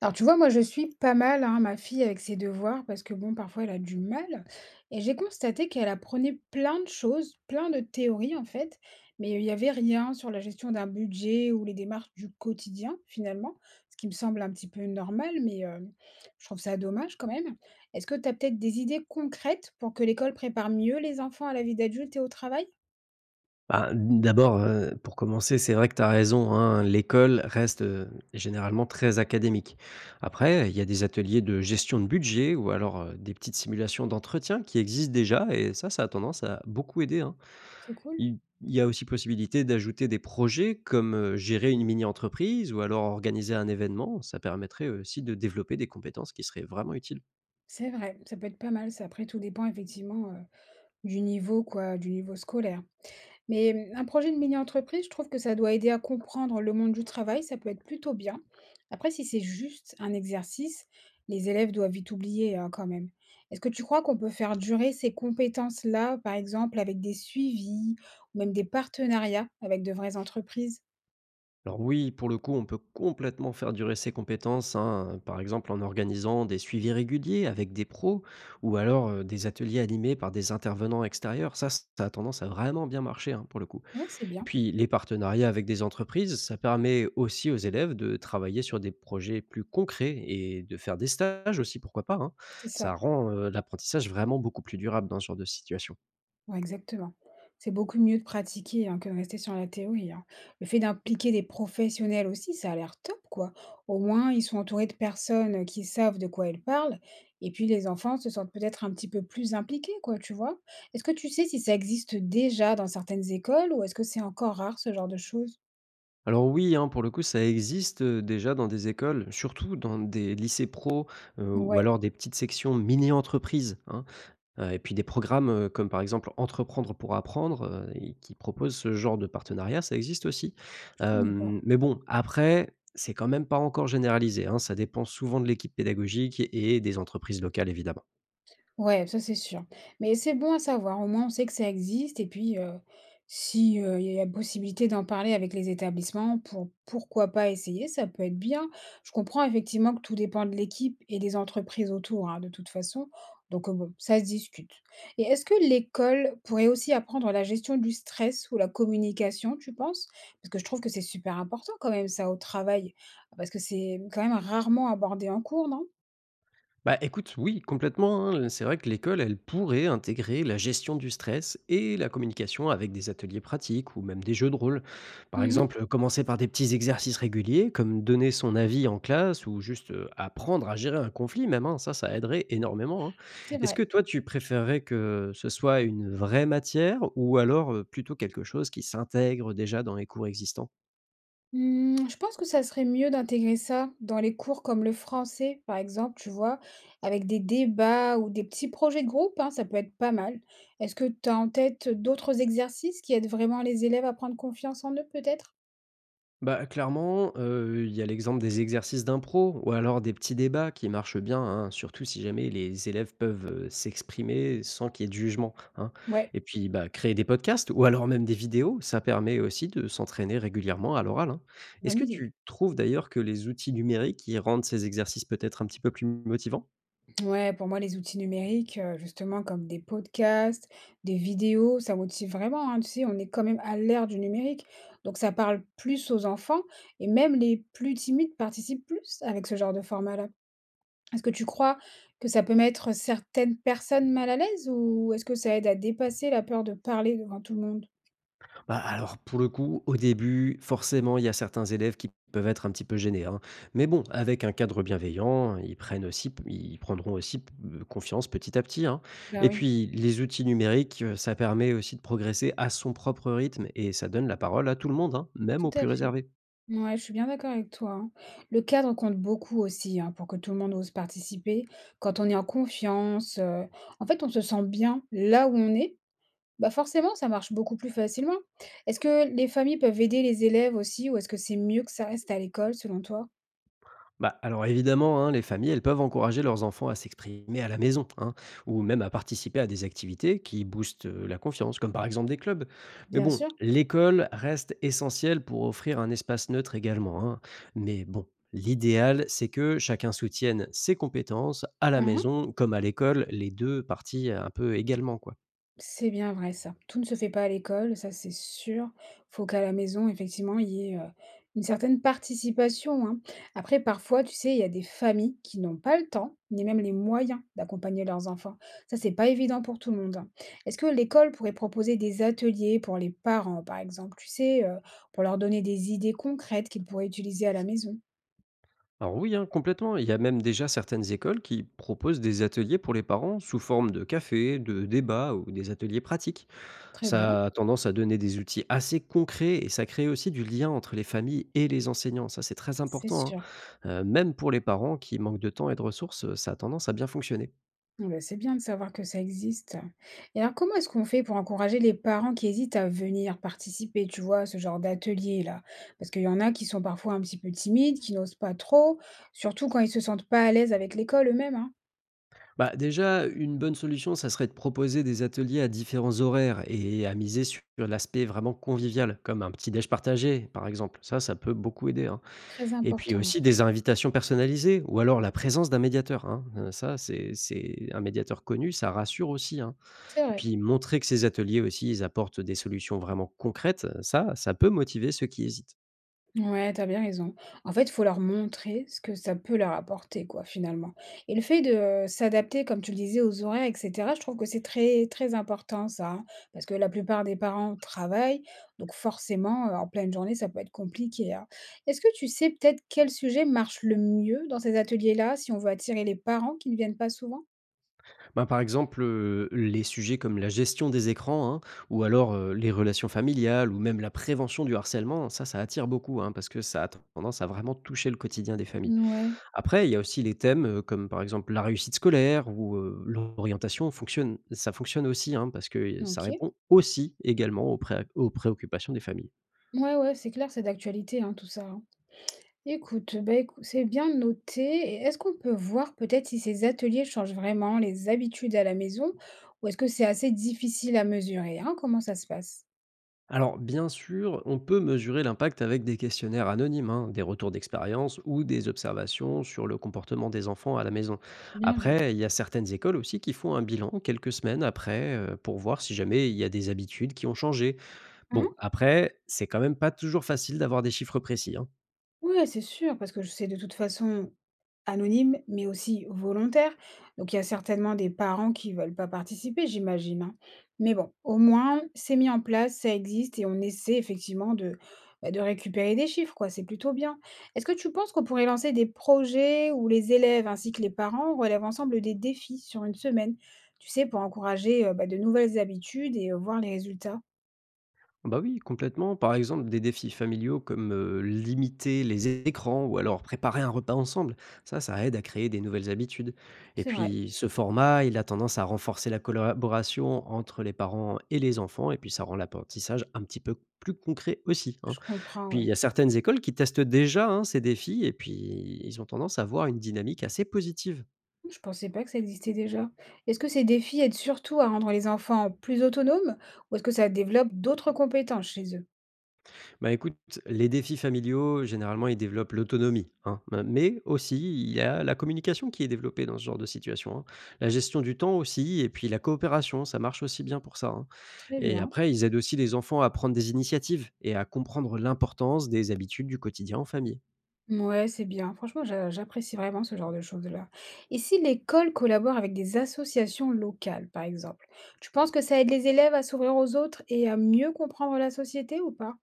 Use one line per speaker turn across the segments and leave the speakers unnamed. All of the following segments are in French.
Alors tu vois, moi je suis pas mal, hein, ma fille avec ses devoirs parce que bon, parfois elle a du mal. Et j'ai constaté qu'elle apprenait plein de choses, plein de théories en fait, mais il n'y avait rien sur la gestion d'un budget ou les démarches du quotidien finalement, ce qui me semble un petit peu normal, mais je trouve ça dommage quand même. Est-ce que tu as peut-être des idées concrètes pour que l'école prépare mieux les enfants à la vie d'adulte et au travail?
Bah, d'abord, pour commencer, c'est vrai que tu as raison, hein, l'école reste, généralement très académique. Après, il y a des ateliers de gestion de budget ou alors, des petites simulations d'entretien qui existent déjà et ça a tendance à beaucoup aider, hein.
C'est cool.
Il y a aussi possibilité d'ajouter des projets comme, gérer une mini-entreprise ou alors organiser un événement. Ça permettrait aussi de développer des compétences qui seraient vraiment utiles.
C'est vrai, ça peut être pas mal, ça. Après, tout dépend effectivement, du niveau, quoi, du niveau scolaire. Mais mmh, un projet de mini-entreprise, je trouve que ça doit aider à comprendre le monde du travail, ça peut être plutôt bien. Après, si c'est juste un exercice, les élèves doivent vite oublier hein, quand même. Est-ce que tu crois qu'on peut faire durer ces compétences-là, par exemple, avec des suivis ou même des partenariats avec de vraies entreprises?
Alors oui, pour le coup, on peut complètement faire durer ses compétences, hein, par exemple en organisant des suivis réguliers avec des pros ou alors des ateliers animés par des intervenants extérieurs. Ça a tendance à vraiment bien marcher, hein, pour le coup.
Ouais, c'est
Et
bien,
puis les partenariats avec des entreprises, ça permet aussi aux élèves de travailler sur des projets plus concrets et de faire des stages aussi, pourquoi pas, hein.
c'est ça.
Ça rend l'apprentissage vraiment beaucoup plus durable dans ce genre de situation.
Ouais, exactement. C'est beaucoup mieux de pratiquer, hein, que de rester sur la théorie, hein. Le fait d'impliquer des professionnels aussi, ça a l'air top, quoi. Au moins, ils sont entourés de personnes qui savent de quoi ils parlent. Et puis, les enfants se sentent peut-être un petit peu plus impliqués, quoi, tu vois. Est-ce que tu sais si ça existe déjà dans certaines écoles ou est-ce que c'est encore rare, ce genre de choses?
Alors oui, hein, pour le coup, ça existe, déjà dans des écoles, surtout dans des lycées pro, ou
Ouais,
alors des petites sections mini-entreprises, hein, et puis des programmes, comme par exemple Entreprendre pour apprendre, et qui proposent ce genre de partenariat, ça existe aussi.
je connais pas.
Mais bon, après, c'est quand même pas encore généralisé, hein, ça dépend souvent de l'équipe pédagogique et des entreprises locales évidemment.
Ouais, ça c'est sûr. Mais c'est bon à savoir, au moins on sait que ça existe et puis, si, il y a possibilité d'en parler avec les établissements pour pourquoi pas essayer, ça peut être bien. Je comprends effectivement que tout dépend de l'équipe et des entreprises autour, hein, de toute façon, donc bon, ça se discute. Et est-ce que l'école pourrait aussi apprendre la gestion du stress ou la communication, tu penses? Parce que je trouve que c'est super important quand même ça au travail, parce que c'est quand même rarement abordé en cours, non?
Bah écoute, oui, complètement, hein. C'est vrai que l'école, elle pourrait intégrer la gestion du stress et la communication avec des ateliers pratiques ou même des jeux de rôle. Par
Mmh,
exemple, commencer par des petits exercices réguliers, comme donner son avis en classe ou juste apprendre à gérer un conflit, même, hein. Ça aiderait énormément, hein.
c'est
Est-ce que
vrai.
toi, tu préférerais que ce soit une vraie matière ou alors plutôt quelque chose qui s'intègre déjà dans les cours existants?
Mmh, je pense que ça serait mieux d'intégrer ça dans les cours comme le français, par exemple, tu vois, avec des débats ou des petits projets de groupe, hein, ça peut être pas mal. Est-ce que tu as en tête d'autres exercices qui aident vraiment les élèves à prendre confiance en eux, peut-être?
Bah, clairement, il y a l'exemple des exercices d'impro ou alors des petits débats qui marchent bien, hein, surtout si jamais les élèves peuvent, s'exprimer sans qu'il y ait de jugement, hein.
Ouais,
Et puis, bah, créer des podcasts ou alors même des vidéos, ça permet aussi de s'entraîner régulièrement à l'oral, hein. Est-ce
bonne
que
idée.
tu trouves d'ailleurs que les outils numériques, ils rendent ces exercices peut-être un petit peu plus motivants?
Ouais, pour moi, les outils numériques, justement, comme des podcasts, des vidéos, ça motive vraiment, hein, tu sais, on est quand même à l'ère du numérique, donc ça parle plus aux enfants et même les plus timides participent plus avec ce genre de format-là. Est-ce que tu crois que ça peut mettre certaines personnes mal à l'aise ou est-ce que ça aide à dépasser la peur de parler devant tout le monde?
Bah, alors, pour le coup, au début, forcément, il y a certains élèves qui peuvent être un petit peu gênés, hein. Mais bon, avec un cadre bienveillant, ils prendront aussi p confiance petit à petit, hein.
Bah
Et
oui.
puis, les outils numériques, ça permet aussi de progresser à son propre rythme et ça donne la parole à tout le monde, hein, même
Tout
aux plus
à fait.
réservés.
Ouais, je suis bien d'accord avec toi, hein. Le cadre compte beaucoup aussi, hein, pour que tout le monde ose participer. Quand on est en confiance, en fait, on se sent bien là où on est, bah, forcément, ça marche beaucoup plus facilement. Est-ce que les familles peuvent aider les élèves aussi ou est-ce que c'est mieux que ça reste à l'école selon toi?
Bah, alors évidemment, hein, les familles, elles peuvent encourager leurs enfants à s'exprimer à la maison, hein, ou même à participer à des activités qui boostent la confiance, comme par exemple des clubs. Mais
Bien
bon,
sûr.
l'école reste essentielle pour offrir un espace neutre également, hein. Mais bon, l'idéal, c'est que chacun soutienne ses compétences à la
Mmh,
maison, comme à l'école, les deux parties un peu également, quoi.
c'est bien vrai ça. Tout ne se fait pas à l'école, ça c'est sûr. Faut qu'à la maison, effectivement, il y ait, une certaine participation, hein. Après parfois, tu sais, il y a des familles qui n'ont pas le temps, ni même les moyens d'accompagner leurs enfants. Ça, c'est pas évident pour tout le monde, hein. Est-ce que l'école pourrait proposer des ateliers pour les parents, par exemple? Tu sais, pour leur donner des idées concrètes qu'ils pourraient utiliser à la maison?
Alors oui, hein, complètement. Il y a même déjà certaines écoles qui proposent des ateliers pour les parents sous forme de café, de débats ou des ateliers pratiques.
Très bien,
Ça a tendance à donner des outils assez concrets et ça crée aussi du lien entre les familles et les enseignants. Ça, c'est très
c'est
important, hein.
sûr.
Même pour les parents qui manquent de temps et de ressources, ça a tendance à bien fonctionner.
Ah bah, c'est bien de savoir que ça existe. Et alors, comment est-ce qu'on fait pour encourager les parents qui hésitent à venir participer, tu vois, à ce genre d'atelier-là? Parce qu'il y en a qui sont parfois un petit peu timides, qui n'osent pas trop, surtout quand ils se sentent pas à l'aise avec l'école eux-mêmes, hein.
Bah, déjà, une bonne solution, ça serait de proposer des ateliers à différents horaires et à miser sur l'aspect vraiment convivial, comme un petit déj partagé, par exemple. Ça peut beaucoup aider, hein.
Très
Et puis
important, ouais.
aussi des invitations personnalisées ou alors la présence d'un médiateur, hein. Ça, c'est un médiateur connu, ça rassure aussi, hein.
C'est vrai.
Puis montrer que ces ateliers aussi, ils apportent des solutions vraiment concrètes, ça peut motiver ceux qui hésitent.
Ouais, t'as bien raison. En fait, il faut leur montrer ce que ça peut leur apporter, quoi, finalement. Et le fait de s'adapter, comme tu le disais, aux horaires, etc., je trouve que c'est très, très important, ça, hein, parce que la plupart des parents travaillent, donc forcément, en pleine journée, ça peut être compliqué, hein. Est-ce que tu sais peut-être quel sujet marche le mieux dans ces ateliers-là, si on veut attirer les parents qui ne viennent pas souvent?
Ben, par exemple, les sujets comme la gestion des écrans, hein, ou alors les relations familiales, ou même la prévention du harcèlement, ça attire beaucoup, hein, parce que ça a tendance à vraiment toucher le quotidien des familles.
Ouais.
Après, il y a aussi les thèmes comme par exemple la réussite scolaire ou l'orientation, ça fonctionne aussi, hein, parce que ça
Ok.
répond aussi également aux préoccupations des familles.
Ouais, ouais, c'est clair, c'est d'actualité, hein, tout ça. Hein. Écoute, bah, écou c'est bien noté et est-ce qu'on peut voir peut-être si ces ateliers changent vraiment les habitudes à la maison ou est-ce que c'est assez difficile à mesurer, hein? Comment ça se passe?
Alors, bien sûr, on peut mesurer l'impact avec des questionnaires anonymes, hein, des retours d'expérience ou des observations sur le comportement des enfants à la maison.
Bien vu.
Après, il y a certaines écoles aussi qui font un bilan quelques semaines après pour voir si jamais il y a des habitudes qui ont changé. Bon, après, c'est quand même pas toujours facile d'avoir des chiffres précis, hein.
Ouais, c'est sûr, parce que je c'est de toute façon anonyme, mais aussi volontaire. Donc, il y a certainement des parents qui veulent pas participer, j'imagine, hein. Mais bon, au moins, c'est mis en place, ça existe et on essaie effectivement de, bah, de récupérer des chiffres, quoi. C'est plutôt bien. Est-ce que tu penses qu'on pourrait lancer des projets où les élèves ainsi que les parents relèvent ensemble des défis sur une semaine, tu sais, pour encourager bah, de nouvelles habitudes et voir les résultats?
Bah oui, complètement. Par exemple, des défis familiaux comme limiter les écrans ou alors préparer un repas ensemble, ça aide à créer des nouvelles habitudes. Et
C'est vrai,
puis, ce format, il a tendance à renforcer la collaboration entre les parents et les enfants, et puis ça rend l'apprentissage un petit peu plus concret aussi, hein.
je
Et
comprends,
puis, il y
ouais.
a certaines écoles qui testent déjà, hein, ces défis, et puis ils ont tendance à voir une dynamique assez positive.
Je pensais pas que ça existait déjà. Est-ce que ces défis aident surtout à rendre les enfants plus autonomes ou est-ce que ça développe d'autres compétences chez eux?
Bah, écoute, les défis familiaux, généralement, ils développent l'autonomie, hein, m mais aussi il y a la communication qui est développée dans ce genre de situation, hein. La gestion du temps aussi et puis la coopération, ça marche aussi bien pour ça, hein,
Très
et
bien.
après ils aident aussi les enfants à prendre des initiatives et à comprendre l'importance des habitudes du quotidien en famille.
Ouais, c'est bien. Franchement, j'apprécie vraiment ce genre de choses-là. Et si l'école collabore avec des associations locales, par exemple, tu penses que ça aide les élèves à s'ouvrir aux autres et à mieux comprendre la société ou pas?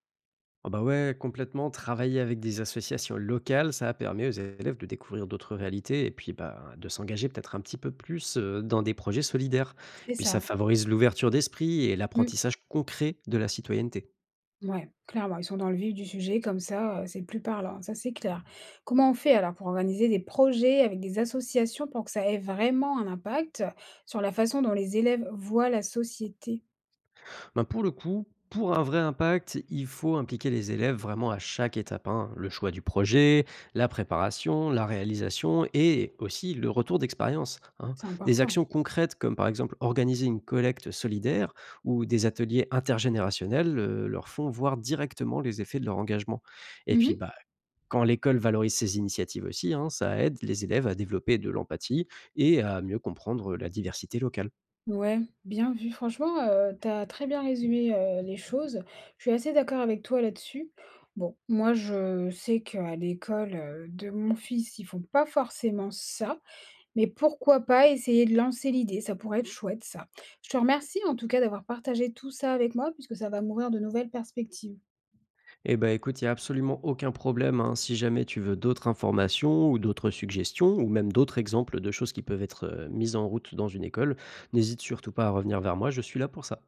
Ah bah ouais, complètement. Travailler avec des associations locales, ça a permis aux élèves de découvrir d'autres réalités et puis bah, de s'engager peut-être un petit peu plus dans des projets solidaires.
C'est
Puis ça
ça.
favorise l'ouverture d'esprit et l'apprentissage concret de la citoyenneté.
Ouais, clairement, ils sont dans le vif du sujet, comme ça, c'est plus parlant, ça c'est clair. Comment on fait alors pour organiser des projets avec des associations pour que ça ait vraiment un impact sur la façon dont les élèves voient la société?
Ben, pour le coup, pour un vrai impact, il faut impliquer les élèves vraiment à chaque étape, hein. Le choix du projet, la préparation, la réalisation et aussi le retour d'expérience, hein.
C'est
Des
important.
actions concrètes comme par exemple organiser une collecte solidaire ou des ateliers intergénérationnels leur font voir directement les effets de leur engagement. Et puis,
Mmh.
bah, quand l'école valorise ces initiatives aussi, hein, ça aide les élèves à développer de l'empathie et à mieux comprendre la diversité locale.
Ouais, bien vu. Franchement, tu très bien résumé les choses. Je suis assez d'accord avec toi là-dessus. Bon, moi je sais qu'à l'école, de mon fils, ils font pas forcément ça. Mais pourquoi pas essayer de lancer l'idée, ça pourrait être chouette ça. Je te remercie en tout cas d'avoir partagé tout ça avec moi puisque ça va m'ouvrir de nouvelles perspectives.
Eh ben, écoute, il y a absolument aucun problème, hein. Si jamais tu veux d'autres informations ou d'autres suggestions ou même d'autres exemples de choses qui peuvent être, mises en route dans une école, n'hésite surtout pas à revenir vers moi, je suis là pour ça.